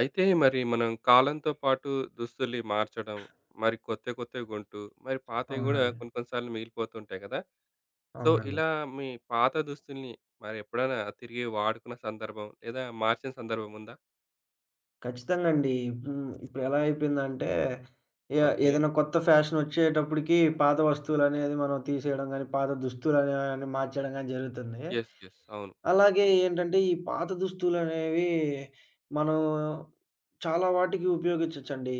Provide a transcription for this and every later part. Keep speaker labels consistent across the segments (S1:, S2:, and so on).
S1: అయితే మరి మనం కాలంతో పాటు దుస్తుల్ని మార్చడం, మరి కొత్త కొత్తవి కొంటూ, మరి పాతవి గూడా
S2: అవునండి.
S1: కొన్ని కొన్ని సార్లు మిగిలిపోతుంటాయి గదా! సో,
S2: అవునండి.
S1: ఇలా మీ పాత దుస్తుల్ని మరి ఎప్పుడైనా తిరిగి వాడుకున్న సందర్భం లేదా మార్చిన సందర్భం ఉందా?
S2: ఖచ్చితంగా అండి. హ్మ్. ఇప్పుడు ఎలా అయిపోయిందంటే, ఏ
S1: ఓకే.
S2: ఏదైనా కొత్త ఫ్యాషన్ వచ్చేటప్పటికి పాత వస్తువులనేది మనం తీసేయడం గాని, పాత దుస్తులనేవి మార్చేయడం గాని జరుగుతుంది.
S1: యెస్. యెస్. అవును.
S2: అలాగే ఏంటంటే, ఈ పాత దుస్తులనేవి మనం చాలా వాటికి ఉపయోగించొచ్చండి.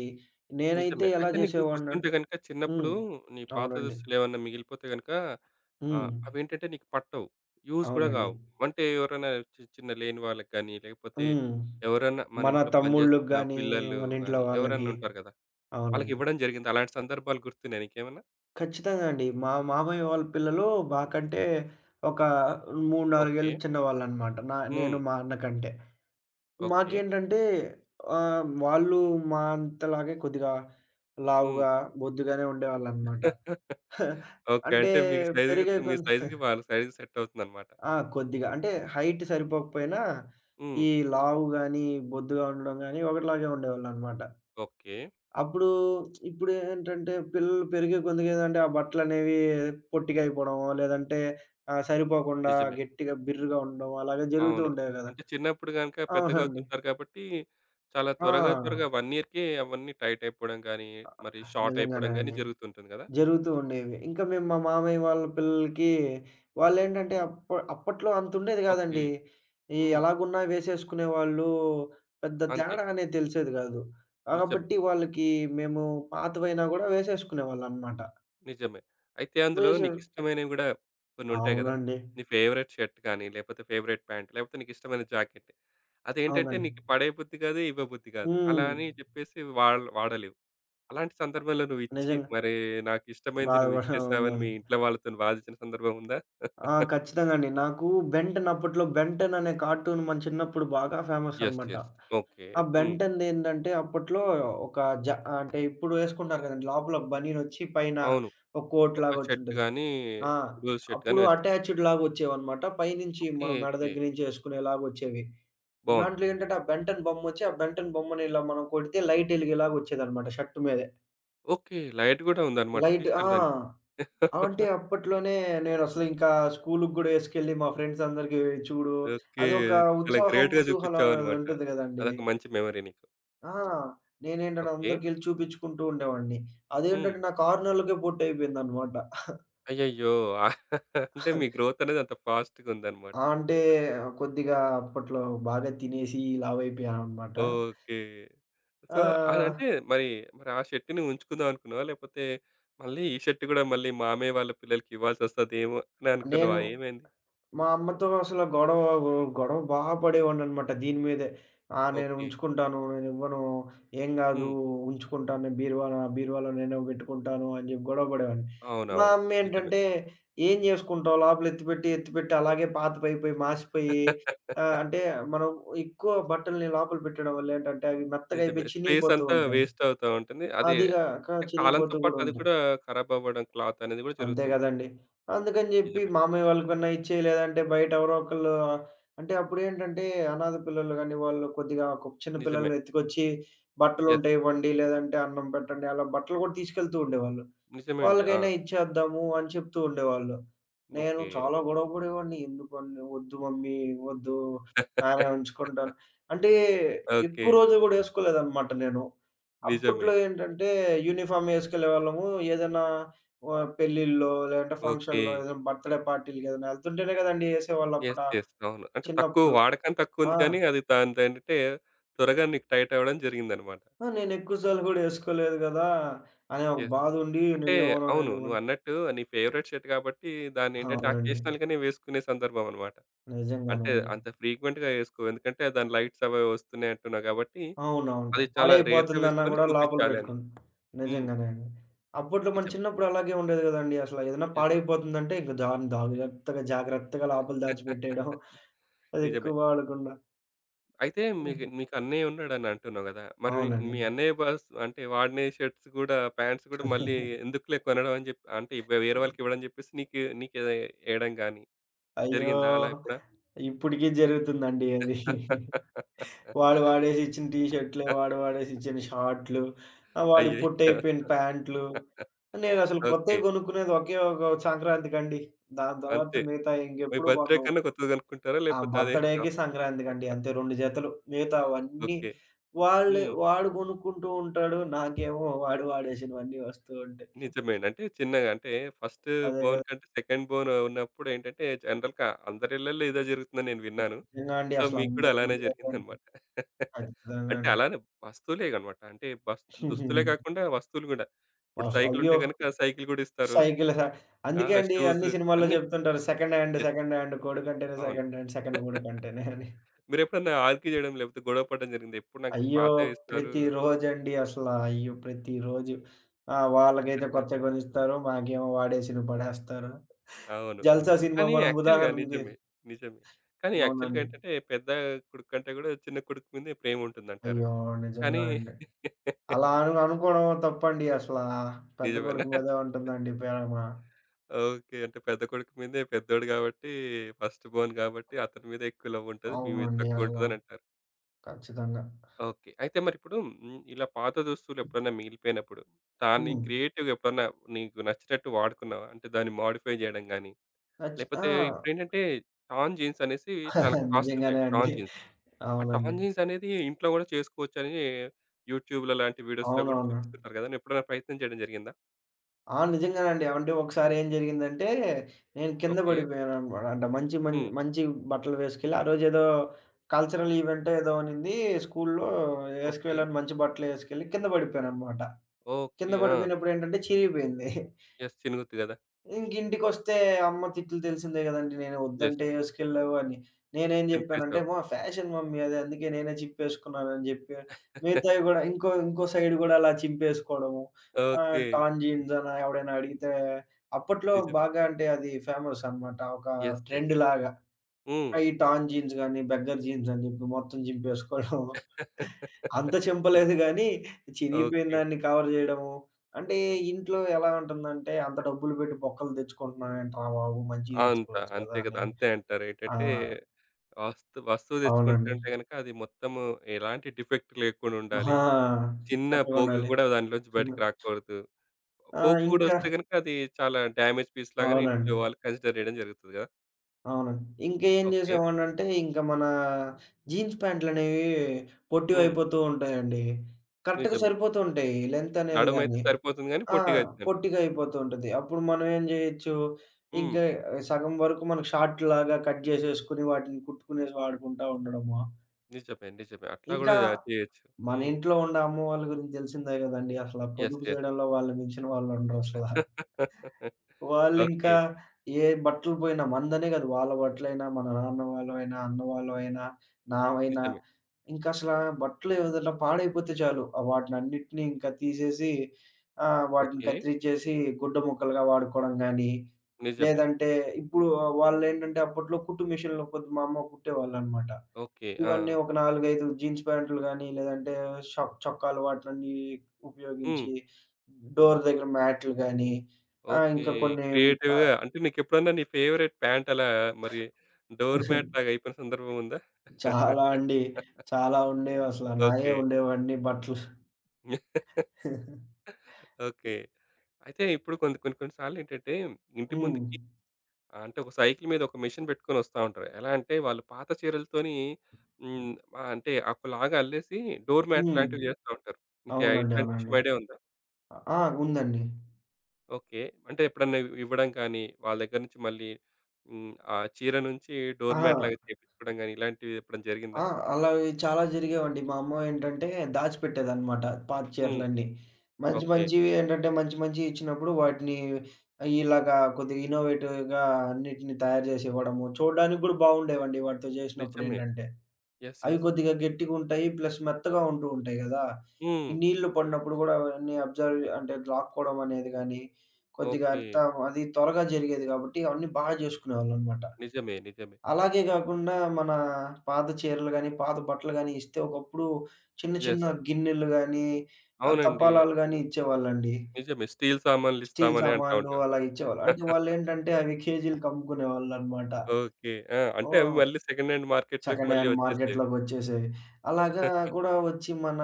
S2: నేనైతే
S1: నిజమే.
S2: ఎలా
S1: అయితే నీకు గుర్తుంటే
S2: చేసేవాడినంటే
S1: గనుక
S2: హ్మ్.
S1: చిన్నప్పుడు నీ పాత
S2: అవునండి.
S1: దుస్తులేమన్నా మిగిలిపోతే గనుక
S2: హ్మ్.
S1: అవేంటంటే నీకు పట్టవు. యూజ్ గూడా
S2: అవునండి.
S1: గావు. అంటే ఎవరైనా చిన్న లేని వాళ్ళకి గానీ, లేకపోతే
S2: హ్మ్.
S1: ఎవరన్నా మన
S2: మన
S1: ఇంట్లో
S2: తమ్ముళ్ళకి
S1: పనిచేస్తున్న
S2: గాని,
S1: పిల్లలు
S2: మన ఇంట్లో
S1: గానీ, ఎవరన్నా
S2: వాళ్ళకి.
S1: ఉంటారు గదా!
S2: అవునండి.
S1: వాళ్ళకివ్వడం జరిగిందా? అలాంటి సందర్భాలు గుర్తున్నాయా నీకేమన్నా?
S2: ఖచ్చితంగా అండి. మా మామయ్య వాళ్ళ పిల్లలు మాకంటే ఒక 3, 4
S1: ఓకే.
S2: ఏళ్ళకి చిన్నవాళ్ళనమాట.
S1: హ్మ్.
S2: నేను మా అన్న కంటే.
S1: ఓకే.
S2: మాకేంటంటే వాళ్ళు మా అంతలాగే కొద్దిగా
S1: హ్మ్.
S2: లావుగా, బొద్దుగానే ఉండేవాళ్ళనమాట.
S1: ఓకే.
S2: అంటే
S1: అంటే
S2: పెరిగే
S1: మీ
S2: కొంది
S1: సైజు‌కి వాళ్ళ సైజు‌కి సెట్ అవుతుందన్నమాట.
S2: ఆ! కొద్దిగా అంటే హైట్ సరిపోకపోయినా,
S1: హ్మ్.
S2: ఈ లావు గాని, బొద్దుగా ఉండడం గాని ఒకటిలాగే ఉండేవాళ్ళనమాట.
S1: ఓకే.
S2: అప్పుడు ఇప్పుడేంటంటే పిల్లలు పెరిగే కొద్దిగా ఏదంటే ఆ బట్టలనేవి పొట్టిగా అయిపోవడమో, లేదంటే సరిపోకుండా
S1: నిజమే.
S2: గట్టిగా బిర్రుగా ఉండడం అలాగే జరుగుతూ
S1: అవును.
S2: ఉండేవి గదా!
S1: అంటే చిన్నప్పుడు గనుక
S2: అవునండి.
S1: పెద్దగవుతుంటారు కాబట్టి, చాలా త్వరగా త్వరగా
S2: ఆ!
S1: 1 ఇయర్‌కే అవన్నీ టైట్ అయిపోవడం గానీ, మరి షార్ట్
S2: నిజంగానే
S1: అయిపోవడం గానీ
S2: అండి.
S1: జరుగుతుంటుంది గదా!
S2: జరుగుతూ ఉండేవి. ఇంకా మేము మా మామయ్య వాళ్ళ పిల్లలకి వాళ్ళేంటంటే అప్పట్లో అంతుండేది
S1: ఓకే.
S2: గాదండి. ఈ
S1: హ్మ్.
S2: ఎలాగున్నా వేసేసుకునేవాళ్ళు. పెద్ద
S1: అంతే.
S2: తేడా అనేది తెలిసేది గాదు.
S1: నిజమే.
S2: కాబట్టి వాళ్ళకి మేము పాతవైనా గూడా వేసేసుకునేవాళ్ళనమాట.
S1: నిజమే. అయితే అందులో
S2: వేసే
S1: నీకిష్టమైనవి గూడా కొన్నుంటాయి గదా!
S2: అవునండి.
S1: నీ ఫేవరెట్ షర్ట్ గానీ, లేపోతే ఫేవరెట్ ప్యాంట్, లేపోతే నీకిష్టమైన జాకెట్. అదేంటంటే
S2: అవునండి.
S1: నీకు పడేయబుద్ధి గాదు, ఇవ్వబుద్ధి గాదు. అలా
S2: హ్మ్.
S1: అని చెప్పేసి వాడలేవు. అలాంటి సందర్భంలో నువ్విచ్చి,
S2: నిజంగా.
S1: మరి నాకిష్టమైనది నువ్విచ్చేసావని మీ
S2: అవునండి.
S1: ఇంట్లో వాళ్ళతోని వాదించిన సందర్భం ఉందా?
S2: ఆ! ఖచ్చితంగా అండి. నాకు 'బెన్ టెన్' అప్పట్లో 'బెన్ టెన్' అనే కార్టూన్ మన చిన్నప్పుడు బాగా ఫేమస్
S1: యెస్.
S2: అనమాట.
S1: యెస్. ఓకే.
S2: ఆ 'బెన్
S1: హ్మ్.
S2: టెన్‌ది' ఏంటంటే అప్పట్లో ఒక జ అంటే ఇప్పుడు వేసుకుంటారు కదండీ. లోపల బనీనొచ్చి పైన
S1: అవును.
S2: ఒక కోట్
S1: ఒక
S2: లాగా
S1: షర్ట్
S2: వచ్చుంటది.
S1: గాని,
S2: ఆ!
S1: లూజ్ షర్ట్ గాని
S2: అప్పుడు
S1: వేస్తారు.
S2: అటాచ్డ్ లాగా వచ్చేవన్నమాట. పైనుంచి
S1: ఓకే.
S2: మనం మెడ
S1: ఓకే.
S2: దగ్గర నుంచి వేసుకునేలాగా వచ్చేవి.
S1: బావుంది.
S2: దాంట్లో ఏంటంటే ఆ 'బెన్ టెన్' బొమ్మొచ్చి ఆ 'బెన్ టెన్' బొమ్మని ఇలా మనం కొడితే లైట్ ఎలిగేలాగా వచ్చేదన్నమాట షర్ట్ మీదే.
S1: ఓకే. లైట్ గూడా ఉందన్నమాట
S2: లైట్ ఆ!
S1: ఫీచర్ దానికి.
S2: ఆ! అంటే అప్పట్లోనే నేనసలు ఇంకా స్కూలుకి గూడా యేసుకెళ్ళి మా ఫ్రెండ్స్ అందరికి చూడు,
S1: ఓకే.
S2: అదొక
S1: చాలా
S2: ఉత్సాహం,
S1: గ్రేట్‌గా
S2: కుతూహలం
S1: చూపించావన్నమాట.
S2: ఉంటది గదండీ.
S1: అదొక మంచి మెమరీ నీకు.
S2: ఆ! నేనేంటంటే
S1: ఓకే.
S2: అందరికెళ్ళి చూపిచ్చుకుంటూ ఉండేవాడిని.
S1: హ్మ్.
S2: అదేంటంటే నాకు 6 నెలలకే పొట్టయిపోయిందనమాట.
S1: అయ్యయ్యో! అంటే మీ గ్రోత్ అనేది అంత ఫాస్ట్‌గా ఉందన్నమాట.
S2: ఆ! అంటే కొద్దిగా అప్పట్లో బాగా తినేసి లావైపోయాననమాట.
S1: ఓకే. సో,
S2: ఆహ్,
S1: అదంటే మరి, మరి ఆ షర్ట్‌ని ఉంచుకుందాం అనుకున్నావా? లేకపోతే మళ్ళీ ఈ షర్ట్ గూడా మళ్ళీ మామయ్య వాళ్ళ పిల్లలకి ఇవ్వాల్సొస్తదేమో అని అనుకున్నావా?
S2: నేను
S1: ఏమైంది?
S2: మా అమ్మతో అసల గొడవ గొడవ బా పడేవాడిననమాట దీని మీదే. ఆ! నేను
S1: ఓకే.
S2: ఉంచుకుంటాను, నేనివ్వను, ఏం గాదు
S1: హ్మ్.
S2: ఉంచుకుంటాను నేను బీరువాలో నేనే బెట్టుకుంటాను అని జెప్పి గొడవ పడేవాడిని. మా
S1: అవునవును. నిజమే.
S2: అమ్మేంటంటే, "ఏం జేసుకుంటావు లోపల ఎత్తిపెట్టి, ఎత్తిపెట్టి అలాగే పాతబయిపోయి, మాసిపోయి". అంటే మనం ఎక్కువ బట్టల్ని లోపల పెట్టడం వల్ల ఏంటంటే, అవి
S1: నిజమే.
S2: మెత్తగయిపోయి
S1: స్పేస్
S2: చినిగిపోతూ
S1: అంతా
S2: ఉంటాయి.
S1: వేస్ట్ అవుతా ఉంటుంది. అదే
S2: అదిగాక
S1: అంటే కాలంతో
S2: చినిగిపోతూ
S1: పాటు
S2: గూడా
S1: అది
S2: ఉంటాయి.
S1: కూడా ఖరాబ్ అవ్వడం క్లాత్ అనేది కూడా
S2: అంతే
S1: జరుగుతుంది.
S2: గదండీ. అందుకని జెప్పి
S1: నిజమే.
S2: మామయ్య వాళ్ళకన్నా ఇచ్చేయి, లేదంటే బయట ఎవరో ఒకళ్ళు అంటే అప్పుడేంటంటే అనాథ పిల్లలు గాని, వాళ్ళు కొద్దిగా ఒక చిన్న
S1: నిజమే.
S2: పిల్లల్ని ఎత్తుకొచ్చి
S1: యెస్.
S2: బట్టలుంటే ఇవ్వండి, లేదంటే అన్నం పెట్టండి, అలా బట్టలు గూడా తీసుకెళ్తూ ఉండేవాళ్ళు.
S1: నిజమే అండి. ఆ!
S2: వాళ్ళకైనా ఇచ్చేద్దాము అని చెప్తూ ఉండేవాళ్ళు. నేను
S1: ఓకే.
S2: చాలా గొడవ పడేవాడిని. ఎందుకని వద్దు మమ్మీ, వద్దు, నానే ఉంచుకుంటాను. అంటే
S1: ఓకే.
S2: ఎక్కువ రోజులు గూడా ఏసుకోలేదనమాట నేను.
S1: నిజమే.
S2: అప్పట్లో ఏంటంటే యూనిఫార్మ్ ఏసుకెళ్ళేవాళ్ళము. ఏదన్నా పెళ్ళిళ్ళో లేదంటే
S1: ఓకే.
S2: ఫంక్షన్‌లో ఏదైనా బర్త్‌డే పార్టీలకి ఏదైనా ఎళ్తుంటేనే గదండీ ఏసేవాళ్ళప్పుడ
S1: యెస్. యెస్. అవును. అంటే తక్కువ
S2: చిన్నప్పుడు.
S1: వాడకం
S2: ఆ!
S1: తక్కువుంది కానీ అది దానిదేంటంటే త్వరగా నీకు టైట్ అవ్వడం జరిగిందన్నమాట.
S2: ఆ! నేనెక్కువ సార్లు గూడా ఏసుకోలేదు గదా! అనే ఒక
S1: యెస్.
S2: బాధుండి
S1: అంటే
S2: నేనేమోనో
S1: అవును.
S2: నేనివ్వను.
S1: నువ్వన్నట్టు నీ ఫేవరెట్ షర్ట్ కాబట్టి దాన్నేంటంటే
S2: అవునండి.
S1: అకేషనల్‌గానే వేసుకునే సందర్భం అన్నమాట. అంటే
S2: నిజంగానండి.
S1: అంత ఫ్రీక్వెంట్‌గా వేసుకోవు. ఎందుకంటే దాని లైట్స్ అవి వస్తున్నాయి అంటున్నావు కాబట్టి,
S2: అవునవును.
S1: అది చాలా రేర్‌గా
S2: పాడైపోతుందన్నా
S1: వేసుకొని
S2: గూడా లోపల
S1: చూపించాలి అని.
S2: పెట్టుకున్నాం.
S1: హ్మ్.
S2: నిజంగానే అండి. అప్పట్లో మన
S1: నిజమే.
S2: చిన్నప్పుడు అలాగే ఉండేది గదండీ అసల. ఏదైనా
S1: యెస్.
S2: పాడైపోతుందంటే ఇంక దాన్ని జాగ్రత్తగా, జాగ్రత్తగా లోపల దాచిపెట్టేయడం.
S1: నిజమే.
S2: అదెక్కువ వాడకుండా.
S1: అయితే
S2: హ్మ్.
S1: మీకు మీకు అన్నయ్య ఉన్నాడని అంటున్నావు కదా! మరి మీ
S2: అవునండి.
S1: మీ అన్నయ్య బస్ అంటే వాడిన షర్ట్స్ కూడా ప్యాంట్స్ కూడా మళ్ళీ ఎందుకులే కొనడం అని చెప్పి అంటే వేరే వాళ్ళకి ఇవ్వడం అని చెప్పేసి నీకే ఎయడం గాని
S2: అయ్యో!
S1: జరిగిందా అలా ఎప్పుడా?
S2: ఇప్పటికి జరుగుతుందండి అది. వాడు వాడేసి ఇచ్చిన టీ షర్ట్‌లు, వాడు వాడేసి ఇచ్చిన షార్ట్‌లు, వాడికి
S1: అయ్యయ్యో!
S2: పొట్టయిపోయిన ప్యాంట్లు. నేనసలు
S1: ఓకే.
S2: కొత్తయి కొనుక్కునేది ఒకే ఒక సంక్రాంతికండి. దాని తర్వాత
S1: అంతే.
S2: మిగతా
S1: మీ
S2: ఇంకెప్పుడు
S1: బర్త్‌డే
S2: కొనను.
S1: కన్నా కొత్తది కొనుక్కుంటారా?
S2: ఆ!
S1: లేకపోతే అదే
S2: బర్త్‌డేకి, సంక్రాంతికండి అంతే 2 జతలు. మిగతావన్నీ
S1: ఓకే.
S2: వాళ్ళే
S1: హ్మ్.
S2: వాడు కొనుక్కుంటూ ఉంటాడు. నాకేమో వాడు వాడేసినవన్నీ వస్తూ ఉంటాయి.
S1: నిజమేండి. అంటే చిన్నగా అంటే ఫస్ట్
S2: అదే
S1: బోన్
S2: కదా!
S1: కంటే సెకండ్ బోన్ ఉన్నప్పుడు ఏంటంటే జనరల్‌గా అందరి ఇళ్లల్లో ఇదే జరుగుతుందని నేను విన్నాను.
S2: నిజంగా అండి
S1: సో, మీకు కూడా అలానే
S2: అసలందరింట్లో అదే అండి.
S1: జరిగిందన్నమాట.
S2: ఖచ్చితంగా
S1: అంటే
S2: అండి.
S1: అలానే వస్తువులే అనమాట. అంటే బస్ దుస్తులే కాకుండా వస్తువులు కూడా. ఇప్పుడు సైకిల్ ఉంటే
S2: అయ్యో!
S1: గనుక సైకిల్ కూడా ఇస్తారు.
S2: సైకిల్ స
S1: ఆ!
S2: అందుకే అండి
S1: షూస్
S2: అన్ని సినిమాల్లో
S1: అన్నీ.
S2: జెప్తుంటారు. Second hand,
S1: yes.
S2: Second hand కొడుకంటేనే
S1: అవును.
S2: సెకండ్ హ్యాండ్, సెకండ్ కొడుకంటేనే అని.
S1: మీరెప్పుడన్నా ఆర్గ్యూ చేయడం లేకపోతే గొడవ పడడం జరిగిందా? ఎప్పుడు నాకు
S2: అయ్యో!
S1: పాతవే ఇస్తారు.
S2: ప్రతిరోజండి అసల. అయ్యో! ప్రతిరోజు. ఆ! వాళ్ళకైతే కొత్తయి గొనిస్తారు. మాకేమో వాడేసినవి పడేస్తారు.
S1: అవును.
S2: 'జల్సా' సినిమా
S1: కానీ
S2: మనం
S1: యాక్చువల్‌గా
S2: ఉదాహరణకి
S1: నిజమే. నిజమే. కానీ యాక్చువల్‌గా
S2: అవునండి.
S1: ఏంటంటే పెద్ద కొడుకు కంటే గూడా చిన్న కొడుకు మీదే ప్రేముంటుందంటారు.
S2: అయ్యో! నిజంగా
S1: కానీ
S2: అండి. అలా అను అనుకోవడం తప్పండి అసల. పెద్ద
S1: నిజమేనా?
S2: కొడుకు మీదే ఉంటుందండి ప్రేమ.
S1: ఓకే. అంటే పెద్ద కొడుకు మీదే పెద్దోడు గాబట్టి ఫస్ట్ బోర్న్ గాబట్టి అతని మీద ఎక్కువ లవ్ ఉంటది. మీ మీద
S2: అవునండి
S1: తక్కువ
S2: అసల.
S1: ఉంటదనంటారు.
S2: ఖచ్చితంగా.
S1: ఓకే. అయితే మరిప్పుడు హ్మ్. ఇలా పాత దుస్తులు ఎప్పుడన్నా మిగిలిపోయినప్పుడు దాన్ని
S2: హ్మ్.
S1: క్రియేటివ్‌గా ఎప్పుడన్నా నీకు నచ్చినట్టు వాడుకున్నావా? అంటే దాన్ని మోడిఫై జేయడం గాని లేకపోతే
S2: ఆ!
S1: ఇప్పుడేంటంటే టార్న్ జీన్స్ అనేసి చాలా కాస్ట్ ఉంటాయి.
S2: నిజంగానే అండి.
S1: Torn jeans. ఆ
S2: అవునండి.
S1: టాంజిన్స్ అనేది ఇంట్లో గూడా చేసుకోవచ్చని యూట్యూబ్‌లో లాంటి వీడియోస్‌లో గూడా
S2: అవునవును.
S1: చూపిస్తుంటారు గదా! ఎప్పుడైనా ప్రయత్నం చేయడం జరిగిందా?
S2: ఆ! నిజంగానండి. అంటే ఒకసారి ఏం జరిగిందంటే, నేను కింద
S1: ఓకే.
S2: పడిపోయాననమాట. అంటే మంచి
S1: హ్మ్.
S2: మంచి బట్టలు వేసుకెళ్ళి, ఆ రోజేదో కల్చరల్ ఈవెంటో ఏదో అనింది. స్కూలులో
S1: ఓకే.
S2: ఏసుకువెళ్ళాను మంచి బట్టలు ఏసుకెళ్ళి కింద పడిపోయాననమాట. కింద
S1: ఓకే. ఆ!
S2: పడిపోయినప్పుడేంటంటే చిరిగిపోయింది.
S1: యెస్. చినుగుద్ది గదా!
S2: ఇంకింటికొస్తే అమ్మ తిట్లు తెలిసిందే గదండీ! నేను
S1: యెస్.
S2: వద్దంటే ఏసుకెళ్ళావు అని. నేనేం జెప్పానంటే,
S1: చినిపేసావు.
S2: "మా ఫ్యాషన్ మమ్మీ అది. అందుకే నేనే చింపేసుకున్నానని" జెప్పి, మిగతాయి గూడా ఇంకో ఇంకో సైడ్ గూడా అలా చింపేసుకోవడము.
S1: ఓకే.
S2: టాన్ జీన్స్ అని ఎవడైనా అడిగితే అప్పట్లో
S1: నిజమే.
S2: బాగా అంటే అది ఫేమస్ అనమాట. ఒక
S1: యెస్. యెస్.
S2: ట్రెండ్‌లాగా.
S1: హ్మ్.
S2: ఆ! ఈ టాన్ జీన్స్ గాని, బెగ్గర్ జీన్స్ అని జెప్పి మొత్తం జింపేసుకోవడం. అంత చింపలేదు గానీ, చినిగిపోయిన
S1: ఓకే.
S2: దాన్ని కవర్ జేయడము. అంటే ఇంట్లో ఎలా ఉంటుందంటే, "అంత డబ్బులు పెట్టి బొక్కలు తెచ్చుకుంటున్నాం ఏంట్రా బాబు! మంచియి
S1: అంత
S2: తెచ్చుకోవచ్చు గదా!"
S1: అంతే గదా!
S2: అని.
S1: అంతే అంటారు.
S2: ఆ!
S1: ఏంటంటే వస్తువు
S2: అవునండి.
S1: తెచ్చుకుంటుంటే గనక అది మొత్తము ఎలాంటి డిఫెక్ట్ లేకుండా
S2: ఆ!
S1: ఉండాలి. చిన్న పోగు
S2: చక్కగుండాలి.
S1: గూడా దానిలోంచి బయటికి రాకూడదు.
S2: ఆ!
S1: పోకు గూడా
S2: ఇంకా
S1: వస్తే గనుక అది చాలా డ్యామేజ్ పీస్ లాగానే
S2: అవునండి.
S1: ఇంట్లో వాళ్ళు కన్సిడర్ చేయడం జరుగుతది గదా!
S2: అవునండి. ఇంకేం
S1: ఓకే.
S2: జేసేవాడినంటే, ఇంక మన జీన్స్ ప్యాంట్లనేవి
S1: హ్మ్.
S2: పొట్టివయిపోతూ ఉంటాయండి. కరెక్ట్‌గా
S1: నిజమే.
S2: సరిపోతూ ఉంటాయి లెంత్ అనేది
S1: నడుమైతే
S2: గాని.
S1: సరిపోతుంది గానీ
S2: ఆ!
S1: పొట్టిగా అయితుందంటావు.
S2: పొట్టిగా అయిపోతూ ఉంటది. అప్పుడు మనం ఏం జేయొచ్చు,
S1: హ్మ్.
S2: ఇంకా సగం వరకు మనకు షార్ట్‌లాగా కట్ జేసేసుకొని, వాటిని కుట్టుకునేసి వాడుకుంటా ఉండడము.
S1: నిజమే. నిజమే. అట్లా
S2: ఇంకా
S1: గూడా చేయొచ్చు.
S2: మన
S1: హ్మ్.
S2: ఇంట్లో ఉండే అమ్మ వాళ్ళ గురించి తెలిసిందే గదండీ! అసల
S1: యెస్.
S2: పొదుపు
S1: యెస్.
S2: జేయడంలో వాళ్ళని మించిన వాళ్ళుండరసల. వాళ్ళింకా
S1: ఓకే.
S2: ఏ బట్టలు పోయినా మనదనే గాదు. వాళ్ళ బట్టలైనా, మన నాన్న వాళ్ళవైనా, అన్న వాళ్ళవైనా, నావైనా
S1: నిజమే.
S2: ఇంకసలా బట్టలు ఏదైనా పాడైపోతే చాలు. ఆ వాటినన్నిటిని ఇంకా తీసేసి వాటిని
S1: ఓకే.
S2: కత్తిరిచ్చేసి గుడ్డ ముక్కలుగా వాడుకోవడం గానీ,
S1: నిజమే.
S2: లేదంటే ఇప్పుడు వాళ్ళేంటంటే అప్పట్లో కుట్టు మిషన్‌లో కొద్ది మా అమ్మ కుట్టేవాళ్ళనమాట.
S1: ఓకే. ఆ!
S2: ఇవన్నీ ఒక 4, 5 జీన్స్ ప్యాంట్లు గాని, లేదంటే ష చొక్కాలు వాటిలన్నీ
S1: హ్మ్.
S2: ఉపయోగించి, డోర్ దగ్గర మ్యాట్లు గాని,
S1: ఓకే.
S2: ఇంకా కొన్ని
S1: క్రియేటివ్‌గా
S2: ఆహ్,
S1: అంటే నీకెప్పుడన్నా నీ ఫేవరెట్ ప్యాంట్ అలా మరి డోర్ మ్యాట్ లాగా అయిపోయిన సందర్భం ఉందా?
S2: చాలా అండి. చాలా ఉండేవసల. నాయే
S1: ఓకే.
S2: ఉండేవన్నీ బట్టలు.
S1: ఓకే. అయితే ఇప్పుడు కొన్ని కొన్ని సార్లేంటంటే, ఇంటి
S2: హ్మ్.
S1: ముందుకి అంటే ఒక సైకిల్ మీద ఒక మెషిన్ పెట్టుకొని వస్తా ఉంటారు. ఎలా అంటే వాళ్ళు పాత చీరలతోని హ్మ్. అంటే ఒకలాగా అల్లేసి డోర్ మ్యాట్
S2: హ్మ్.
S1: లాంటివి చేస్తా ఉంటారు. మీకు
S2: అవునండి.
S1: ఇట్లాంటి
S2: అవునండి.
S1: విషయం ఐడియా ఉందా?
S2: ఆ! ఉందండి.
S1: ఓకే. అంటే ఎప్పుడన్నా ఇవ్వడం కానీ, వాళ్ళ దగ్గర నుంచి మళ్ళీ హ్మ్. ఆ చీర నుంచి
S2: ఆ!
S1: డోర్ మ్యాట్ లాగా చేపించుకోవడం గానీ, ఇలాంటివి ఎప్పుడన్నా జరిగిందా?
S2: ఆ! అలావి చాలా జరిగేవండి. మా అమ్మ ఏంటంటే దాచిపెట్టేదనమాట పాత
S1: హ్మ్.
S2: చీరలన్నీ. మంచి
S1: ఓకే.
S2: మంచివి ఏంటంటే మంచి మంచియి ఇచ్చినప్పుడు వాటిని ఇలాగా కొద్దిగా ఇన్నోవేటివ్‌గా అన్నిటిని తయారు జేసి ఇవ్వడము. చూడడానికి గూడా బావుండేవండి వాటితో
S1: నిజమే.
S2: జేసినప్పుడేంటంటే.
S1: యెస్.
S2: అవి
S1: యెస్.
S2: కొద్దిగా గట్టిగుంటాయి. ప్లస్ మెత్తగా ఉంటూ ఉంటాయి గదా!
S1: హ్మ్.
S2: ఈ నీళ్లు పడినప్పుడు గూడా అవన్నీ అబ్జర్వ్ అంటే లాక్కోవడం అనేది గానీ, కొద్దిగా
S1: ఓకే.
S2: అంతా అది త్వరగా జరిగేది గాబట్టి అవన్నీ బా జేసుకునేవాళ్ళనమాట.
S1: నిజమే. నిజమే.
S2: అలాగే గాకుండా మన పాత చీరలు గానీ, పాత బట్టలు గానీ ఇస్తే ఒకప్పుడు చిన్న చిన్న
S1: యెస్.
S2: గిన్నెలు గానీ,
S1: అవునండి.
S2: తపాలాలు గానీ ఇచ్చేవాళ్ళండి.
S1: నిజమే. స్టీల్
S2: స్టీల్
S1: సామాన్లిస్తామని అంటా
S2: సామాన్లు
S1: ఉంటారు.
S2: అలా ఇచ్చేవాళ్ళు. అంటే వాళ్ళేంటంటే అవి కేజీలకి అమ్ముకునేవాళ్ళనమాట.
S1: ఓకే. ఆ! అంటే అవి
S2: హ్మ్.
S1: మళ్ళీ సెకండ్ హ్యాండ్ మార్కెట్‌లోకి
S2: సెకండ్
S1: మళ్ళీ
S2: హ్యాండ్
S1: వచ్చేసేవి.
S2: మార్కెట్‌లోకొచ్చేసేవి. అలాగా కూడా వచ్చి మన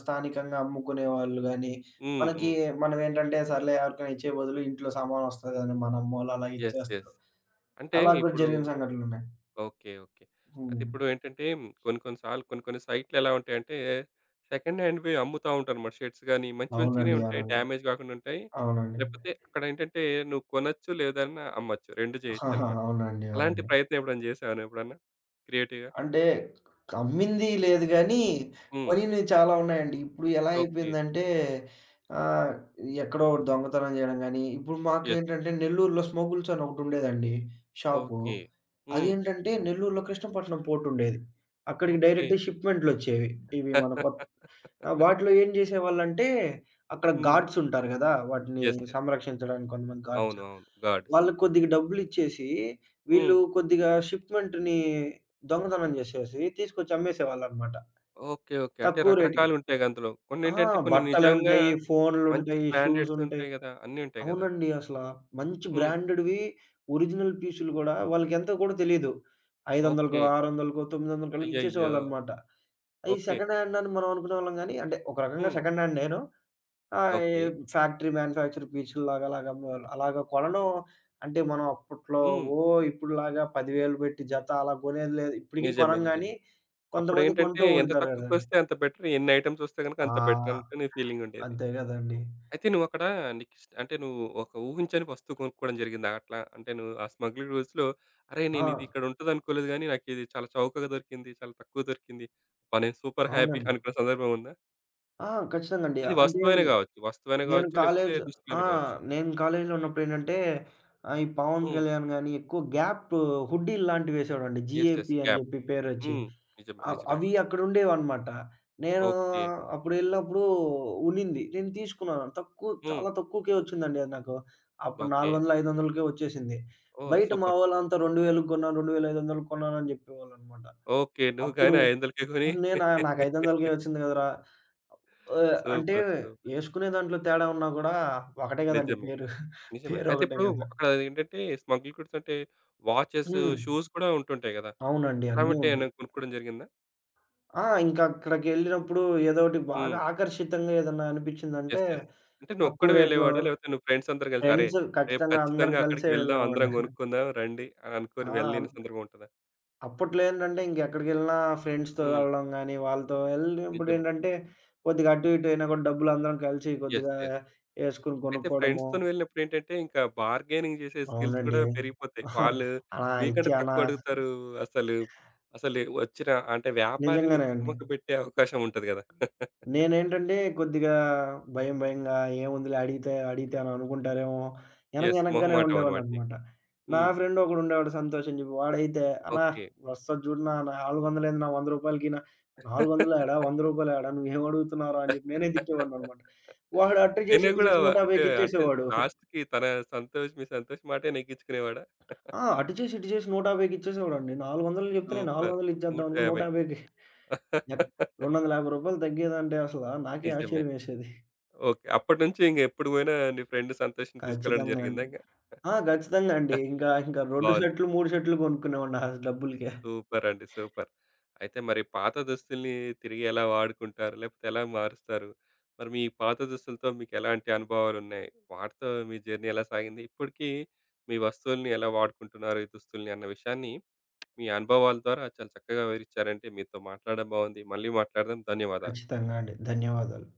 S2: స్థానికంగా అమ్ముకునేవాళ్ళు గానీ,
S1: హ్మ్.
S2: మనకి
S1: హ్మ్.
S2: మనమేంటంటే సర్లే ఎవరికైనా ఇచ్చే బదులు ఇంట్లో సామానొస్తది అని మన అమ్మోళ్ళు అలా
S1: యెస్.
S2: ఇచ్చేస్తారు.
S1: యెస్. అంటే
S2: అలా కూడా
S1: ఇప్పుడు
S2: జరిగిన సంఘటనలున్నాయి.
S1: ఓకే. ఓకే. అయితే
S2: హ్మ్.
S1: ఇప్పుడు ఏంటంటే కొన్ని కొన్ని సార్లు కొన్ని కొన్ని సైట్‌లు ఎలా ఉంటాయంటే సెకండ్ హ్యాండ్‌వి అమ్ముతా ఉంటారన్నమాట. షర్ట్స్ గాని మంచి మంచిగానే
S2: అవునండి.
S1: ఉంటాయి.
S2: అవునండి.
S1: డ్యామేజ్ కాకుండా ఉంటాయి.
S2: అవునండి.
S1: లేకపోతే అక్కడ ఏంటంటే నువ్వు కొనొచ్చు లేదన్నా అమ్మొచ్చు. 2
S2: ఆహాహా!
S1: చేయొచ్చన్నమాట.
S2: అవునండి.
S1: అలాంటి
S2: అవునండి.
S1: ప్రయత్నం ఎప్పుడైనా చేసావా నువ్వెప్పుడన్నా క్రియేటివ్‌గా?
S2: అంటే అమ్మింది లేదు గానీ,
S1: హ్మ్.
S2: కొనినవి చాలా ఉన్నాయండి. ఇప్పుడు ఎలా
S1: ఓకే.
S2: అయిపోయిందంటే ఆహ్, ఎక్కడో ఒకటి దొంగతనం చేయడం గానీ, ఇప్పుడు
S1: యెస్.
S2: మాకేంటంటే నెల్లూరులో స్మగుల్స్ అని ఒకటుండేదండి షాపు.
S1: ఓకే. హ్మ్.
S2: అదేంటంటే నెల్లూరులో కృష్ణపట్నం పోర్ట్ ఉండేది. అక్కడికి
S1: ఓకే.
S2: డైరెక్ట్ షిప్‌మెంట్‌లొచ్చేవి. ఇవి మన కొత్త ఆ! వాటిలో ఏం జేసేవాళ్ళంటే, అక్కడ
S1: హ్మ్.
S2: గార్డ్స్ ఉంటారు గదా! వాటిని
S1: యెస్. యెస్.
S2: సంరక్షించడానికి కొంతమంది
S1: అవును.
S2: గార్డ్స్.
S1: అవును. గార్డ్స్.
S2: వాళ్ళకి కొద్దిగా డబ్బులిచ్చేసి,
S1: హ్మ్.
S2: వీళ్ళు కొద్దిగా షిప్‌మెంట్‌ని దొంగతనం జేసేసి తీసుకొచ్చి అమ్మేసేవాళ్ళనమాట.
S1: ఓకే. ఓకే. అంటే
S2: తక్కువ రేట్‌కి.
S1: రకరకాలుంటాయి అందులో.
S2: ఆ!
S1: కొన్నేంటంటే కొన్ని నిజంగా
S2: బట్టలుంటాయి,
S1: మంచి
S2: ఫోన్‌లుంటాయి,
S1: బ్రాండెడ్స్
S2: షూసుంటాయి.
S1: ఉంటాయి గదా! అన్నీ ఉంటాయి గదా!
S2: అవునండి. అసల మంచి
S1: హ్మ్.
S2: బ్రాండెడ్‌వి ఒరిజినల్ పీసులు గూడా వాళ్ళకెంతో గూడా తెలీదు. 500కో,
S1: ఓకే.
S2: 600కో, 900కో
S1: అయ్యయ్యో!
S2: ఇచ్చేసేవాళ్ళనమాట. అయి
S1: ఓకే.
S2: సెకండ్ హ్యాండ్ అని మనం అనుకునేవాళ్ళం గానీ, అంటే ఒక రకంగా
S1: హ్మ్.
S2: సెకండ్ హ్యాండేను. ఆ! ఏ
S1: ఓకే.
S2: ఫ్యాక్టరీ మ్యానుఫ్యాక్చర్ పీచుల్లాగా అలాగా అలాగా కొనడం అంటే మనం అప్పట్లో
S1: హ్మ్.
S2: ఓ ఇప్పుడులాగా 10,000 పెట్టి జత అలా కొనేది లేదు. ఇప్పటికి
S1: నిజమే.
S2: కొనం గానీ,
S1: నిజమే.
S2: కొంతమంది
S1: అప్పుడేంటంటే
S2: కొంటూ
S1: ఎంత
S2: ఉంటారు గదండీ.
S1: తక్కువకొస్తే అంత బెటర్. ఎన్ని ఐటెమ్స్ వస్తే గనుక అంత బెటర్
S2: ఆ!
S1: అనుకునే ఫీలింగుండేది.
S2: అంతే గదండీ.
S1: అయితే నువ్వక్కడ నీకు ఇష్ట అంటే నువ్వు ఒక ఊహించని వస్తువు కొనుక్కోవడం జరిగిందా అట్లా? అంటే నువ్వు ఆ స్మగ్లింగ్ రోజులో అరే!
S2: ఆ!
S1: నేనిది ఇక్కడ ఉంటదనుకోలేదు గానీ, నాకిది చాలా చౌకగా దొరికింది. చాలా తక్కువ దొరికింది. అబ్బా! నేను సూపర్ హ్యాపీ
S2: అవునండి.
S1: అనుకున్న సందర్భం ఉందా?
S2: ఆ! ఖచ్చితంగా అండి.
S1: అది
S2: అంటే
S1: వస్తువైనా గావచ్చు. వస్తువైనా
S2: నేను
S1: గావచ్చు, లేకపోతే
S2: కాలేజ్ ఆ!
S1: దుస్తులైనా గావచ్చు.
S2: నేను కాలేజీలో ఉన్నప్పుడేంటంటే ఈ 'పవన్
S1: హ్మ్.
S2: కళ్యాణ్' గాని ఎక్కువ గ్యాప్ హుడ్డీల్లాంటివేసేవాడండి.
S1: యెస్. యెస్.
S2: జీఏపీ అని
S1: గ్యాప్.
S2: జెప్పి పేరొచ్చి.
S1: హ్మ్. నిజమే. నిజమే
S2: అవి
S1: అండి.
S2: అక్కడుండేవనమాట. నేను
S1: ఓకే.
S2: అప్పుడెళ్ళినప్పుడు ఉన్నింది. నేను తీసుకున్నాను.
S1: హ్మ్.
S2: చాలా తక్కువకే వచ్చిందండి అది నాకు. అప్పుడు
S1: ఓకే.
S2: 400, 500కే వచ్చేసింది.
S1: ఓహ్!
S2: బయట మా
S1: సూపర్.
S2: వాళ్ళంతా 2,000కి కొన్నాను, 2,500కి కొన్నానని జెప్పేవాళ్ళనమాట.
S1: ఓకే. నువ్వు గాని
S2: అప్పుడు
S1: ఆ 500కే కొని
S2: నేను నాకు 500కే వచ్చింది గదరా! అంటే
S1: సూపర్. సూపర్.
S2: యేసుకునే దాంట్లో తేడా ఉన్నా గూడా ఒకటే గదండీ
S1: నిజమే.
S2: పేరు.
S1: నిజమే. అయితే
S2: పేరొకటే
S1: ఇప్పుడు
S2: గదా!
S1: అక్కడ ఏంటంటే స్మగ్లర్ గూడ్స్ అంటే వాచెస్,
S2: హ్మ్.
S1: షూస్ కూడా ఉంటుంటాయి గదా!
S2: అవునండి. అన్నీ
S1: అలాంటి ఏమైనా
S2: ఉంటాయి.
S1: కొనుక్కోవడం జరిగిందా?
S2: ఆ! ఇంకక్కడికెళ్ళినప్పుడు ఏదోకటి బాగా
S1: హ్మ్.
S2: ఆకర్షితంగా ఏదన్నా
S1: యెస్.
S2: అనిపిచ్చిందంటే
S1: యెస్. అంటే
S2: తక్కువ
S1: నువ్వొక్కడివే
S2: రేట్‌లో
S1: వెళ్ళేవాడా? లేకపోతే నువ్వు ఫ్రెండ్స్ అందరూ కలిసి అరే!
S2: ఫ్రెండ్స్
S1: రేపు
S2: ఖచ్చితంగా అందరూ
S1: ఖచ్చితంగా అక్కడికి
S2: కలిసే
S1: వెళ్దాం. అందరం
S2: వెళ్ళేవాడిని.
S1: గొనుక్కుందాం రండి అని
S2: ఆ!
S1: అనుకోని వెళ్ళిన సందర్భం ఉంటదా?
S2: అప్పట్లో ఏంటంటే ఇంకెక్కడికెళ్ళినా ఫ్రెండ్స్‌తో
S1: హ్మ్.
S2: వెళ్ళడం గాని, వాళ్ళతో
S1: నిజమే.
S2: వెళ్ళినప్పుడేంటంటే కొద్దిగా అటు ఇటు అయినా కూడా డబ్బులందరం కలిసి
S1: యెస్.
S2: కొద్దిగా
S1: యెస్.
S2: ఏసుకొని
S1: అయితే
S2: కొనుక్కోవడము.
S1: ఫ్రెండ్స్‌తోని వెళ్ళినప్పుడేంటంటే ఇంకా బార్గెనింగ్ జేసే స్కిల్స్ గూడా
S2: అవునండి.
S1: పెరిగిపోతాయి. వాళ్ళు
S2: అలా
S1: మీకంటే
S2: ఇచ్చి అలా
S1: తక్కువ అడుగుతారు. అసలు, అసలు వచ్చిన అంటే వ్యాపారిని
S2: నిజంగానే అండి.
S1: తికమక బెట్టే అవకాశం ఉంటది గదా!
S2: నేనేంటంటే కొద్దిగా భయంగా ఏముందిలే అడిగితే అడిగితే అని అనుకుంటారేమో!
S1: యెస్.
S2: ఎనకగానే
S1: మొహమాటం అన్నమాట నీకు.
S2: ఉండేవాడిననమాట. నా
S1: హ్మ్.
S2: ఫ్రెండ్ ఒకడుండేవాడు సంతోష్ అని చెప్పి. వాడైతే "అన్నా
S1: ఓకే.
S2: వస్తది చూడన్నా నాలుగొందలేందన్నా రూ. 100కినా". "400 యాడా? ₹100 యాడా? నువ్వేం అడుగుతున్నావురా?" అని చెప్పి నేనే తిట్టేవాడిననమాట. వాడు అటు చేసి
S1: అయినా
S2: ఇటు
S1: గూడా
S2: చేసి 150కి
S1: అంటే
S2: ఇచ్చేసేవాడు.
S1: లాస్ట్‌కి తన సంతోష్ మాటే నెగ్గించుకునేవాడా?
S2: ఆ! అటు చేసి ఇటు చేసి 150కి ఇచ్చేసేవాడండి. 400 చెప్తే నేను
S1: సూపర్.
S2: 400 ఇచ్చేద్దాం అనుకుని
S1: 150.
S2: 150కి ఎక్ ₹250 తగ్గేదంటే అసల నాకే
S1: నిజమే.
S2: ఆశ్చర్యమేసేది.
S1: ఓకే. అప్పటినుంచి ఇంగ ఎప్పుడు పోయినా నీ ఫ్రెండ్ సంతోష్‌ని తీసుకెళ్ళడం
S2: ఖచ్చితంగా
S1: జరిగిందా
S2: అండి.
S1: ఇంగ?
S2: ఆ! ఖచ్చితంగా అండి. ఇంకా 2
S1: బావుంది.
S2: షర్టులు, 3 షర్టులు కొనుక్కునేవాడిని ఆ డబ్బులకే.
S1: సూపర్ అండి. సూపర్. అయితే మరి పాత దుస్తుల్ని తిరిగి ఎలా వాడుకుంటారు? లేకపోతే ఎలా మారుస్తారు? మరి మీ పాత దుస్తులతో మీకెలాంటి అనుభవాలున్నాయి? వాటితో మీ జర్నీ ఎలా సాగింది? ఇప్పటికి మీ వస్తువుల్ని ఎలా వాడుకుంటున్నారు ఈ దుస్తుల్ని అన్న విషయాన్ని మీ అనుభవాల ద్వారా చాలా చక్కగా వివరించారంటే మీతో మాట్లాడడం బాగుంది. మళ్ళీ మాట్లాడదాం. ధన్యవాదాలు.
S2: ఖచ్చితంగా అండి. ధన్యవాదాలు.